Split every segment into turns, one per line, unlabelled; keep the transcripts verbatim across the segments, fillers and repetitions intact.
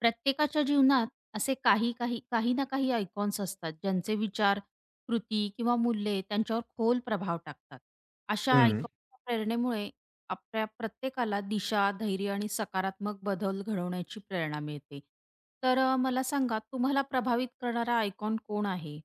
प्रत्येकाच्या जीवनात असे काही काही काही ना काही आयकॉन्स असतात ज्यांचे विचार, कृती किंवा मूल्ये त्यांच्यावर खोल प्रभाव टाकतात. अशा
हं.
आयकॉनच्या प्रेरणेमुळे आपल्या प्रत्येकाला दिशा, धैर्य आणि सकारात्मक बदल घडवण्याची प्रेरणा मिळते. तर अ, मला सांगा, तुम्हाला प्रभावित करणारा आयकॉन कोण आहे?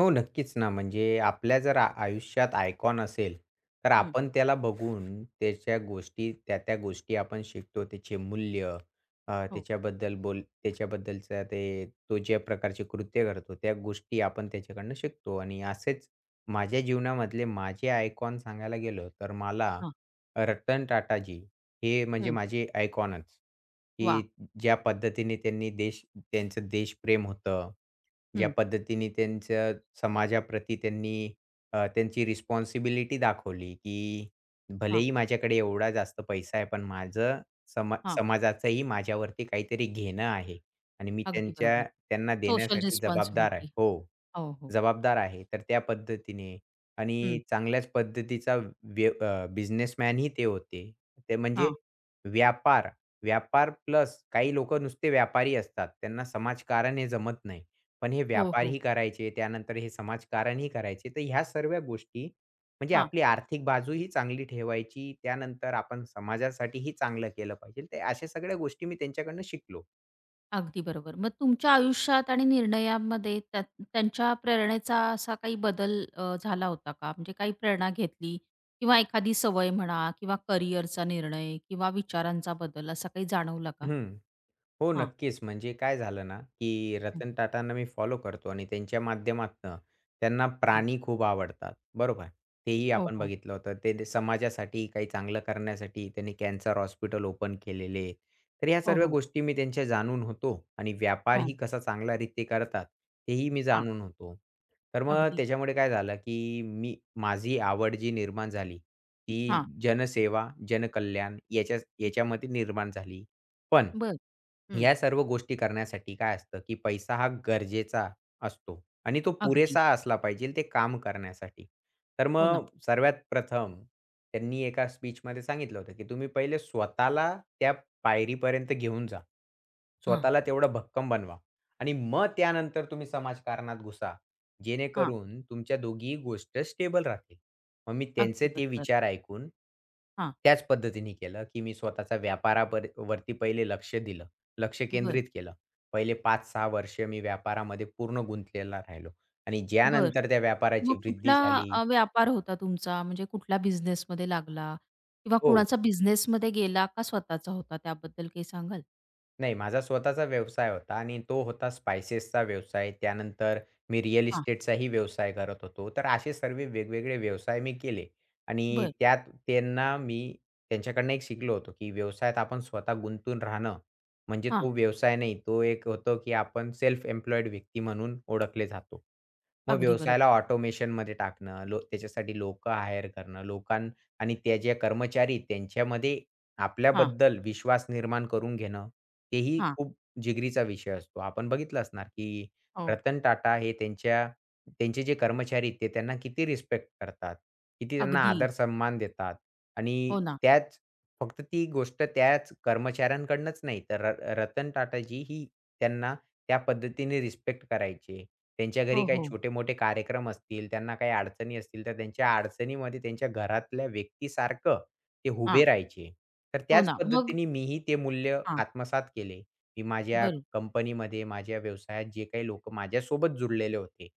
हो, नक्कीच ना. म्हणजे आपल्या जर आ आयुष्यात आयकॉन असेल, तर
हं,
आपण त्याला बघून त्याच्या गोष्टी, त्या-त्या गोष्टी आपण शिकतो. त्याचे मूल्य. अ,
हो,
त्याच्याबद्दल बोल त्याच्याबद्दलचं ते तो ज्या प्रकारचे कृत्य करतो, त्या गोष्टी आपण त्याच्याकडनं शिकतो. आणि असेच माझ्या जीवनामधले माझे आयकॉन सांगायला गेलो, तर मला
हां,
रतन टाटाजी हे म्हणजे
हं.
माझे आयकॉनच,
वा.
की ज्या पद्धतीने त्यांनी देश त्यांचं देशप्रेम होतं. ज्या
हं,
पद्धतीने त्यांच्या समाजाप्रती त्यांनी अ, त्यांची रिस्पॉन्सिबिलिटी दाखवली, की
हां,
भलेही माझ्याकडे एवढा जास्त पैसा आहे, पण माझं समा
हां.
समाजाचंही माझ्यावरती काहीतरी घेणं आहे आणि मी
अगदी
त्यांच्या
बरोबर.
त्यांना
सोशल
देण्यासाठी जबाबदार आहे.
रिस्पॉन्सिबिलिटी.
हो.
हो, हो.
जबाबदार आहे. तर त्या पद्धतीने
हं,
आणि चांगल्याच पद्धतीचा व्य अ, बिझनेसमॅनही ते होते. ते म्हणजे
हां.
व्यापार, व्यापार प्लस काही लोकं नुसते व्यापारी असतात. त्यांना समाजकारण हे जमत नाही. पण हे
हो, हो.
व्यापारही करायचे, त्यानंतर हे समाजकारणही करायचे. तर ह्या सर्व गोष्टी म्हणजे आपली आर्थिक बाजूही चांगली ठेवायची. त्यानंतर आपण समाजासाठीही चांगलं केलं पाहिजे. तर अशा सगळ्या गोष्टी मी त्यांच्याकडनं शिकलो.
अगदी बरोबर. मग तुमच्या आयुष्यात आणि निर्णयांमध्ये त्या त्यांच्या प्रेरणेचा असा काही बदल अ, झाला होता का? म्हणजे काही प्रेरणा घेतली किंवा एखादी सवय म्हणा, किंवा करिअरचा निर्णय, किंवा विचारांचा बदल असा काही जाणवला का?
हं. हो,
हां.
नक्कीच. म्हणजे काय झालं ना, की
हं,
रतन टाटांना मी फॉलो करतो आणि त्यांच्या माध्यमातनं त्यांना
हां.
प्राणी खूप आवडतात, बरोबर. तेही
हो,
आपण
हो.
बघितलं होतं. ते ते समाजासाठी काही चांगलं करण्यासाठी त्यांनी कॅन्सर हॉस्पिटल ओपन केलेले आहेत. तर ह्या
हो,
सर्व
हो.
गोष्टी मी त्यांच्या जाणून होतो आणि
हां,
व्यापारही कसा चांगल्या रीती करतात, तेही मी
हां.
जाणून होतो. तर मग
अगदी.
त्याच्यामुळे काय झालं, की मी माझी आवड जी निर्माण झाली, ती
हां.
जनसेवा, जनकल्याण याच्या याच्यामध्ये निर्माण झाली. पण
बरं. हं.
या सर्व गोष्टी करण्यासाठी काय असतं, की पैसा हा गरजेचा असतो आणि तो
अगदी.
पुरेसा असला पाहिजे ते काम करण्यासाठी. तर
हो ना.
मग सर्वात प्रथम त्यांनी एका स्पीचमध्ये सांगितलं होतं, की तुम्ही पहिले स्वतःला त्या पायरीपर्यंत घेऊन जा.
हां,
स्वतःला तेवढं भक्कम बनवा आणि मग त्यानंतर तुम्ही समाजकारणात घुसा.
हां.
जेणेकरून तुमच्या दोघीही गोष्ट स्टेबल राहतील. मग मी
अगदी
त्यांचे ते
बरोबर.
विचार ऐकून
हां.
त्याच पद्धतीने केलं, की मी स्वतःचा व्यापारापर वरती पहिले लक्ष दिलं. लक्ष
बरं,
केंद्रित केलं. पहिले पाच सहा वर्ष मी व्यापारामध्ये पूर्ण गुंतलेला राहिलो आणि
बरं.
ज्यानंतर त्या व्यापाराची
मग
वृद्धी
कुठला
झाली.
अ, व्यापार होता तुमचा? म्हणजे कुठल्या बिझनेसमध्ये लागला किंवा
हो.
कुणाचा बिझनेसमध्ये गेला, का स्वतःचा होता, त्याबद्दल काही सांगाल?
नाही, माझा स्वतःचा व्यवसाय होता आणि तो होता स्पाइसेसचा व्यवसाय. त्यानंतर मी रिअल
हां,
इस्टेटचाही व्यवसाय करत होतो. तर असे सर्व वेगवेगळे व्यवसाय मी केले आणि
बरं.
त्यात त्यांना मी त्यांच्याकडनं एक शिकलो होतो, की व्यवसायात आपण स्वतः गुंतून राहणं म्हणजे
हां,
तो व्यवसाय नाही. तो एक होतो, की आपण सेल्फ एम्प्लॉईड व्यक्ती म्हणून ओळखले जातो. मग
अगदी
व्यवसायाला
बरोबर.
ऑटोमेशनमध्ये टाकणं, लो त्याच्यासाठी लोकं हायर करणं, लोकां, आणि त्या ज्या कर्मचारी त्यांच्यामध्ये
हां,
आपल्याबद्दल विश्वास निर्माण करून घेणं, तेही
हां.
खूप जिगरीचा विषय असतो. आपण बघितलं असणार, की
हो.
रतन टाटा हे त्यांच्या त्यांचे जे कर्मचारी आहेत, ते त्यांना किती रिस्पेक्ट करतात, किती त्यांना
अगदी.
आदर सन्मान देतात. आणि
हो ना.
त्याच फक्त ती गोष्ट त्याच कर्मचाऱ्यांकडनंच नाही, तर र रतन टाटाजी ही त्यांना त्या पद्धतीने रिस्पेक्ट करायचे. त्यांच्या
हो,
घरी काही
हो.
छोटे-मोठे कार्यक्रम असतील, त्यांना काही अडचणी असतील, तर त्यांच्या अडचणीमध्ये त्यांच्या घरातल्या व्यक्तीसारखं ते
हां.
उभे राहायचे. तर
हो
त्याच
ना. मग
पद्धतीने मीही ते मूल्य
हां.
आत्मसात केले. मी माझ्या
बरं.
कंपनीमध्ये, माझ्या व्यवसायात जे काही लोकं माझ्यासोबत जुळलेले होते,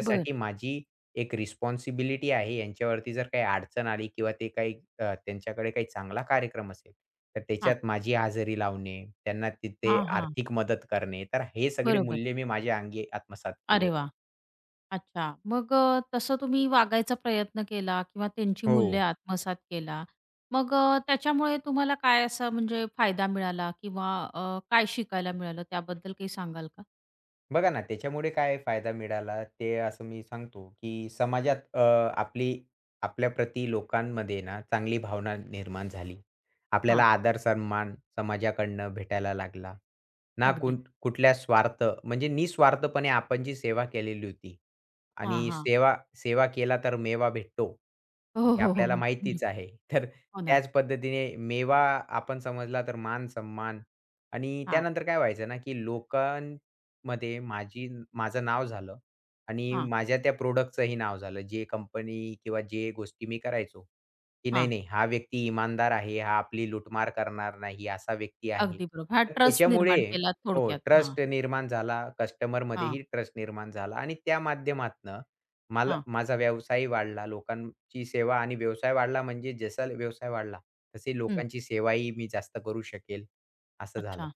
बरं.
माझी एक रिस्पॉन्सिबिलिटी आहे. यांच्यावरती जर काही अडचण आली किंवा ते काही अ, त्यांच्याकडे काही चांगला कार्यक्रम असेल, तर
हां.
त्याच्यात माझी हजेरी लावणे, त्यांना तिथे
हां, हां.
आर्थिक मदत करणे, तर हे सगळे
बरोबर.
मूल्य मी माझ्या अंगी आत्मसात केले
अरे वाह!
होते.
अच्छा. मग अ, तसं तुम्ही वागायचा प्रयत्न केला किंवा त्यांची
हो.
मूल्ये आत्मसात केला. मग अ, त्याच्यामुळे तुम्हाला काय असा म्हणजे फायदा मिळाला किंवा अ, काय शिकायला मिळालं, त्याबद्दल काही सांगाल का?
बघा ना, त्याच्यामुळे काय फायदा मिळाला, ते असं मी सांगतो, की समाजात अ, आपली आपल्याप्रती लोकांमध्ये ना चांगली भावना निर्माण झाली.
हां,
आपल्याला आदर सन्मान समाजाकडनं भेटायला लागला. ना
अगदी.
कुठ कुठल्या स्वार्थ म्हणजे निस्वार्थपणे आपण जी सेवा केलेली होती
हां,
आणि
हां.
सेवा सेवा केला तर मेवा भेटतो,
हो,
हे
हो, हो,
आपल्याला
हो.
माहितीच
बरोबर.
आहे. तर
हो ना.
त्याच पद्धतीने मेवा आपण समजला तर मान-सन्मान आणि
हां,
त्यानंतर काय व्हायचं ना, की लोकां मध्ये माझी माझं नाव झालं आणि
हां,
माझ्या त्या प्रॉडक्टचंही नाव झालं. जे कंपनी किंवा जे गोष्टी मी करायचो, की नाही,
हां.
नाही हा व्यक्ती इमानदार आहे, हा आपली लूटमार करणार नाही, असा व्यक्ती आहे.
अगदी बरोबर. हां,
तर
ट्रस्ट
त्याच्यामुळे
निर्माण केला
हो,
थोडक्यात. हां,
ट्रस्ट निर्माण झाला,
हां,
कस्टमरमध्येही ट्रस्ट निर्माण झाला आणि त्या माध्यमातनं मला
हां.
माझा व्यवसायही वाढला. लोकांची सेवा आणि व्यवसाय वाढला म्हणजे जसा व्यवसाय वाढला, तसे
हं.
लोकांची सेवाही मी जास्त करू शकेल, असं झालं.
अच्छा.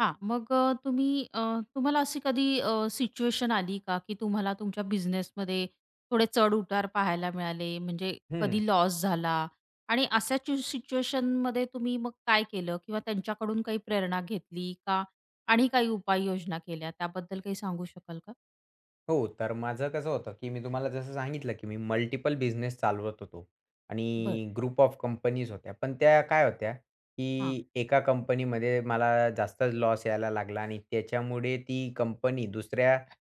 हां, मग अ, तुम्ही अ, तुम्हाला अशी कधी सिच्युएशन आली का, की तुम्हाला तुमच्या बिझनेसमध्ये थोडे चढ-उतार पाहायला मिळाले? म्हणजे
हं.
कधी लॉस झाला आणि अशा चि सिच्युएशनमध्ये तुम्ही मग काय केलं किंवा त्यांच्याकडून काही प्रेरणा घेतली का? आणि काही उपाययोजना केल्या, त्याबद्दल काही सांगू शकाल का?
हो, तर माझं कसं होतं, की मी तुम्हाला जसं सांगितलं, की मी मल्टिपल बिझनेस चालवत होतो
बरं.
आणि ग्रुप ऑफ कंपनीज होत्या. पण त्या काय होत्या,
हां.
की एका कंपनीमध्ये मला जास्तच लॉस यायला लागला आणि त्याच्यामुळे ती कंपनी दुसऱ्या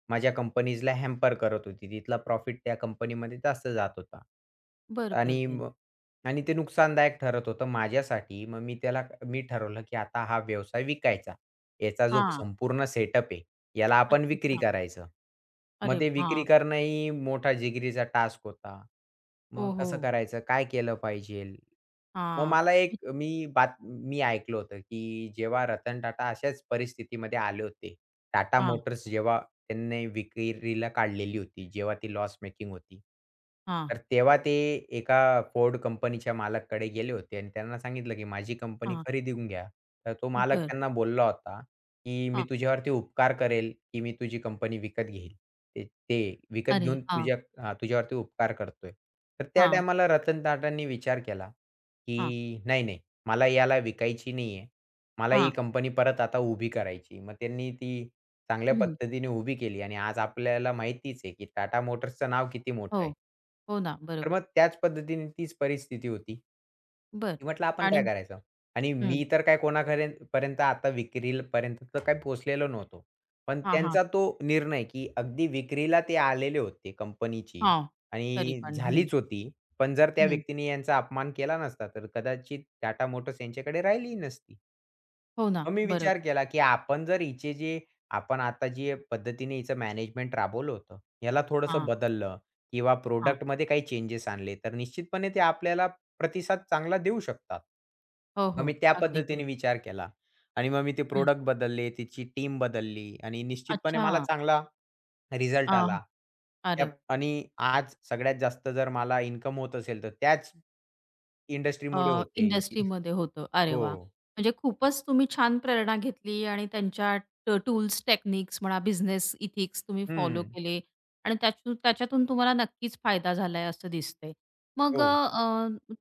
माझ्या कंपनीजला हॅम्पर करत होती. तिथला प्रॉफिट त्या कंपनीमध्ये जास्त जात होता.
बरं, बरं,
आणि
बरं.
मग आणि ते नुकसानदायक ठरत होतं माझ्यासाठी. मग मी त्याला मी ठरवलं, की आता हा व्यवसाय विकायचा. याचा जो
हां.
संपूर्ण सेटअप आहे, याला आपण
अच्छा,
विक्री
अच्छा.
करायचं.
अरे
मग ते विक्री
हां.
करणं ही मोठा जिगरीचा टास्क होता. मग
ओहो!
कसं करायचं? काय केलं पाहिजेल? मग
हां.
मला एक मी बात मी ऐकलं होतं, की जेव्हा रतन टाटा अशाच परिस्थितीमध्ये आले होते. टाटा
हां,
मोटर्स जेव्हा त्यांनी विक्रीला काढलेली होती, जेव्हा ती लॉस मेकिंग होती.
हां,
तर तेव्हा ते एका Ford कंपनीच्या मालकाकडे गेले होते आणि त्यांना सांगितलं, की माझी कंपनी
हां.
खरेदी घेऊन घ्या. तर तो मालक
बरं.
त्यांना बोलला होता, की मी
हां.
तुझ्यावरती उपकार करेल, की मी तुझी कंपनी विकत घेईल. ते ते विकत
अरे!
घेऊन
हां,
तुझ्या हां, तुझ्यावरती उपकार करतोय. तर त्या
हां,
टायमाला रतन टाटांनी विचार केला,
हां,
की नाही, नाही मला याला विकायची नाहीये. मला ही
हां.
कंपनी परत आता उभी करायची. मग त्यांनी ती चांगल्या पद्धतीने उभी केली आणि आज आपल्याला माहितीच आहे, की टाटा मोटर्सचं नाव किती मोठं
हो,
आहे.
हो ना,
तर
बरोबर.
मग त्याच पद्धतीने तीच परिस्थिती होती. की
बर,
म्हटलं आपण
आणि
काय करायचं? आणि
हं.
मी तर काय कोणाकडे पर्यंत आता विक्री पर्यंत तर काही पोहोचलेलो नव्हतो. पण
हां, हां.
त्यांचा तो निर्णय, की अगदी विक्रीला ते आलेले होते कंपनीची
हां. तरी
आणि
पण हं,
झालीच होती. पण जर त्या
हं.
व्यक्तीने यांचा अपमान केला नसता, तर कदाचित टाटा मोटर्स यांच्याकडे राहिलीही नसती.
हो ना,
मग मी विचार
बरोबर.
केला, की आपण जर हिचे जे आपण आता जे पद्धतीने हिचं मॅनेजमेंट राबवलं होतं, ह्याला थोडंसं
हां,
बदललं किंवा
हां.
प्रॉडक्टमध्ये काही चेंजेस आणले, तर निश्चितपणे ते आपल्याला प्रतिसाद चांगला देऊ शकतात.
हो,
मग मी
हो.
त्या
अगदी
पद्धतीने
बरोबर.
विचार केला आणि मग मी ते
आणि
प्रॉडक्ट बदलले, तिची टीम बदलली आणि निश्चितपणे
अच्छा.
मला चांगला रिझल्ट
आह,
आला. त्या
अरे वाह!
आणि आज सगळ्यात जास्त जर मला इन्कम होत असेल, तर त्याच इंडस्ट्रीमुळे
अ,
होते. जी-
इंडस्ट्रीमध्ये होतं. अरे वा,
हो.
म्हणजे खूपच तुम्ही छान प्रेरणा घेतली आणि त्यांच्या टूल्स, टेक्निक्स म्हणा, बिझनेस इथिक्स तुम्ही फॉलो
हं.
केले आणि त्यातून त्याच्यातून तुम्हाला नक्कीच फायदा झालाय असं दिसतंय. मग
हो.
अ,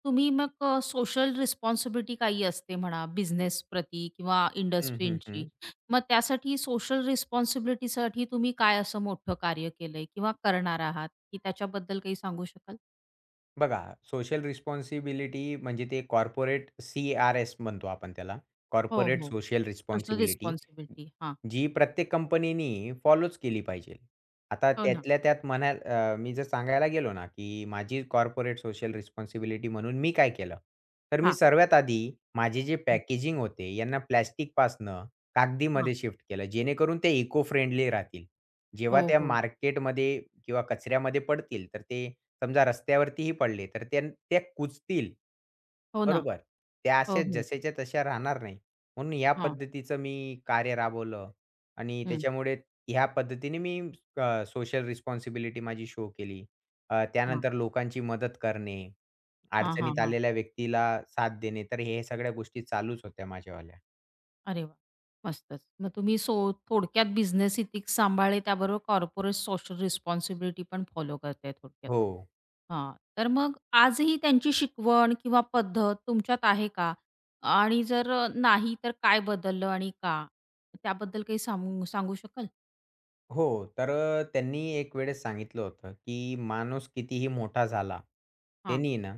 तुम्ही मग अ, सोशल रिस्पॉन्सिबिलिटी काही असते म्हणा, बिझनेस प्रती किंवा
हं, हं,
इंडस्ट्रींची.
हं.
मग त्यासाठी सोशल रिस्पॉन्सिबिलिटीसाठी तुम्ही काय असं मोठं कार्य केलंय किंवा करणार आहात, की त्याच्याबद्दल काही सांगू शकाल?
बघा, सोशल रिस्पॉन्सिबिलिटी म्हणजे ते कॉर्पोरेट सी आर एस म्हणतो आपण त्याला.
हो,
कॉर्पोरेट
हो.
Social
social
responsibility
responsibility. हां.
जी प्रत्येक कंपनीनी फॉलोच केली पाहिजे. आता
हो ना.
त्यातल्या त्यात म्हणा, अ, मी जर सांगायला गेलो ना, की माझी कॉर्पोरेट सोशल रिस्पॉन्सिबिलिटी म्हणून मी काय केलं? तर मी
हां.
सर्वात आधी माझे जे
हं.
पॅकेजिंग होते यांना प्लास्टिकपासनं
हां.
कागदीमध्ये शिफ्ट केलं. जेणेकरून ते इको फ्रेंडली राहतील. जेव्हा
हो,
त्या
हो.
मार्केटमध्ये किंवा कचऱ्यामध्ये पडतील तर ते, समजा रस्त्यावरतीही पडले, तर त्या त्या कुजतील.
हो ना.
बरोबर. त्या
हो,
अशा
हो.
जशाच्या तशा राहणार नाही. म्हणून या
हां.
पद्धतीचं मी कार्य राबवलं आणि
हं.
त्याच्यामुळे ह्या पद्धतीने मी अ, सोशल रिस्पॉन्सिबिलिटी माझी शो केली. अ,
हां.
त्यानंतर लोकांची मदत करणे,
हां, हां,
अडचणीत
हां.
आलेल्या व्यक्तीला साथ देणे, तर हे सगळ्या गोष्टी चालूच होत्या माझ्यावाल्या.
अरे वाह! मस्तच. मग तुम्ही सो थोडक्यात बिझनेस इथिक्स सांभाळले, त्याबरोबर कॉर्पोरेट सोशल रिस्पॉन्सिबिलिटी पण फॉलो करताय थोडक्यात.
हो.
हां. तर मग आजही त्यांची शिकवण किंवा पद्धत तुमच्यात आहे का? आणि जर नाही, तर काय बदललं आणि का? त्याबद्दल काही सांगू सांगू शकाल?
हो. तर अ, त्यांनी एक वेळेस सांगितलं होतं, की माणूस कितीही मोठा झाला,
हां,
त्यानी ना,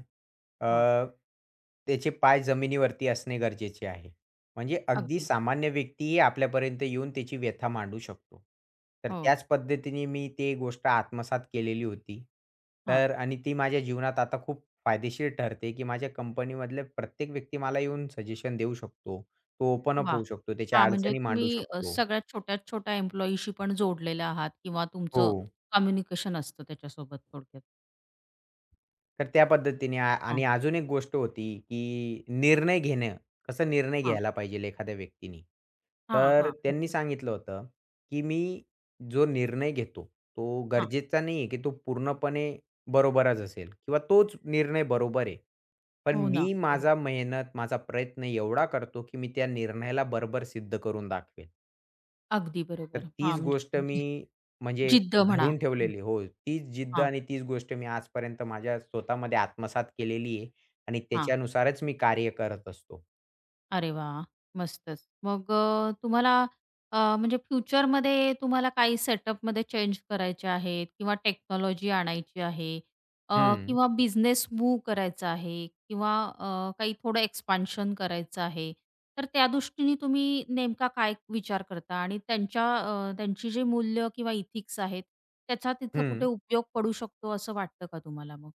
हां.
अ, त्याचे पाय जमिनीवरती असणे गरजेचे आहे. म्हणजे अगदी
अगदी.
सामान्य व्यक्तीही आपल्यापर्यंत येऊन त्याची व्यथा मांडू शकतो. तर
हो.
त्याच पद्धतीने मी ते गोष्ट आत्मसात केलेली होती.
हां.
तर आणि ती माझ्या जीवनात आता खूप फायदेशीर ठरते, की माझ्या कंपनीमधले प्रत्येक व्यक्ती मला येऊन सजेशन देऊ शकतो. तो ओपन अप
वाह!
होऊ शकतो,
हां,
त्याच्या
म्हणजे
अडचणी
तुम्ही
मांडू
अ,
शकतो.
सगळ्यात छोट्यात-छोट्या एम्प्लॉईशी पण जोडलेले आहात किंवा
हो.
तुमचं कम्युनिकेशन असतं त्याच्यासोबत थोडक्यात.
तर त्या पद्धतीने आ
हां,
आणि अजून एक गोष्ट होती, की निर्णय घेणं, कसा निर्णय
हां,
घ्यायला पाहिजेल एखाद्या व्यक्तीने.
हां,
तर
हां,
त्यांनी
बरोबर.
सांगितलं होतं, की मी जो निर्णय घेतो, तो
हां,
गरजेचा नाही आहे, की तो पूर्णपणे बरोबरच असेल किंवा तोच निर्णय बरोबर आहे. पण
हो ना,
मी
बरोबर.
माझा मेहनत, माझा प्रयत्न एवढा करतो, की मी त्या निर्णयाला बरोबर सिद्ध करून दाखवेल.
अगदी
तर
बरोबर. हां,
तीच गोष्ट
म्हणजे
मी
जी
म्हणजे
जिद्द म्हणा.
धरून ठेवलेली हो, तीच जिद्द
हां,
आणि तीच गोष्ट मी आजपर्यंत माझ्या स्वतःमध्ये आत्मसात केलेली आहे आणि
हां.
त्याच्यानुसारच मी कार्य करत असतो.
अरे वाह! मस्तच. मग अ, तुम्हाला अ, म्हणजे फ्युचरमध्ये तुम्हाला काही सेटअपमध्ये चेंज करायचे आहेत किंवा टेक्नॉलॉजी आणायची आहे, अ,
हं,
किंवा बिझनेस मूव्ह करायचा आहे किंवा अ, काही थोडं एक्सपान्शन करायचं आहे. तर त्या दृष्टीने तुम्ही नेमका काय विचार करता आणि त्यांच्या अ, त्यांची जी मूल्य किंवा इथिक्स आहेत, त्याचा तिथं कुठे
हं.
उपयोग पडू शकतो असं वाटतं का तुम्हाला मग?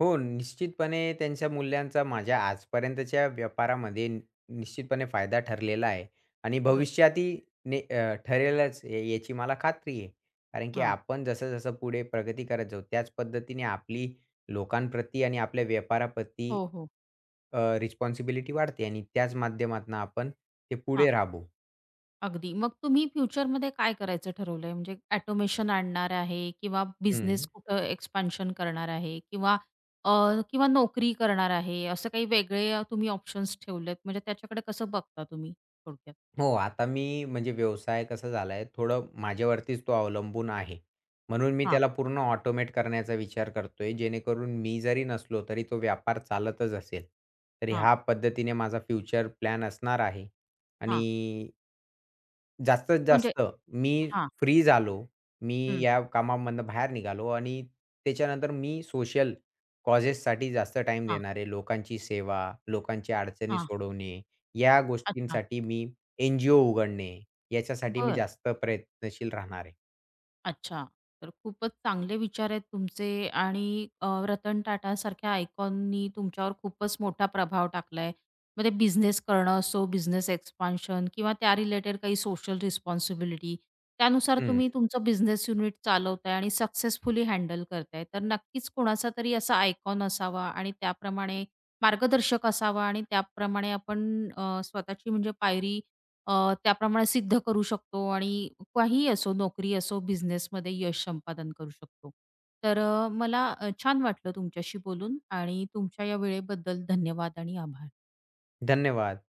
हो, निश्चितपणे त्यांच्या मूल्यांचा माझ्या आजपर्यंतच्या व्यापारामध्ये नि निश्चितपणे फायदा ठरलेला आहे आणि
बरं.
भविष्यातही ने अ, ठरेलच, या याची मला खात्री आहे. कारण की
हां.
आपण जसं-जसं पुढे प्रगती करत जाऊ, त्याच पद्धतीने आपली लोकांप्रती आणि आपल्या व्यापाराप्रती
हो, हो.
रिस्पॉन्सिबिलिटी वाढते आणि त्याच माध्यमातनं आपण ते पुढे राबवू.
अगदी. मग तुम्ही फ्युचरमध्ये काय करायचं ठरवलंय? म्हणजे ऑटोमेशन आणणार आहे किंवा बिझनेस
हं.
कुठं एक्सपान्शन करणार आहे किंवा अ, किंवा नोकरी करणार आहे, असं काही वेगळे अ, तुम्ही ऑप्शन्स ठेवलेत, म्हणजे त्याच्याकडे कसं बघता तुम्ही थोडक्यात?
हो, आता मी म्हणजे व्यवसाय कसा झालाय थोडं माझ्यावरतीच तो अवलंबून आहे. म्हणून मी
हां,
त्याला पूर्ण ऑटोमेट करण्याचा विचार करतोय, जेणेकरून मी जरी नसलो तरी तो व्यापार चालतच असेल. तर
हां,
ह्या पद्धतीने माझा फ्युचर प्लॅन असणार आहे आणि
हां.
जास्तीत
म्हणजे
जास्त मी
हां.
फ्री झालो. मी
हं.
या कामामधनं बाहेर निघालो आणि त्याच्यानंतर मी सोशल कॉजेससाठी जास्त टाईम
हां,
देणारे, लोकांची सेवा, लोकांच्या अडचणी
हां.
सोडवणे, या
अच्छा.
गोष्टींसाठी मी एन जी ओ उघडणे, याच्यासाठी मी
बरं.
जास्त प्रयत्नशील राहणार आहे.
अच्छा. तर खूपच चांगले विचार आहेत तुमचे आणि अ, रतन टाटासारख्या आयकॉननी तुमच्यावर खूपच मोठा प्रभाव टाकलाय. मग ते बिझनेस करणं असो, बिझनेस एक्सपान्शन किंवा त्या रिलेटेड काही सोशल रिस्पॉन्सिबिलिटी, त्यानुसार
हं.
तुम्ही तुमचं बिझनेस युनिट चालवताय आणि सक्सेसफुली हँडल करताय. तर नक्कीच कोणाचा तरी असा आयकॉन असावा आणि त्याप्रमाणे मार्गदर्शक असावा आणि त्याप्रमाणे आपण अ, स्वतःची म्हणजे पायरी अ, त्याप्रमाणे सिद्ध करू शकतो आणि काहीही असो, नोकरी असो, बिझनेसमध्ये यश संपादन करू शकतो. तर अ, मला अ, छान वाटलं तुमच्याशी बोलून आणि तुमच्या या वेळेबद्दल धन्यवाद आणि आभार.
धन्यवाद.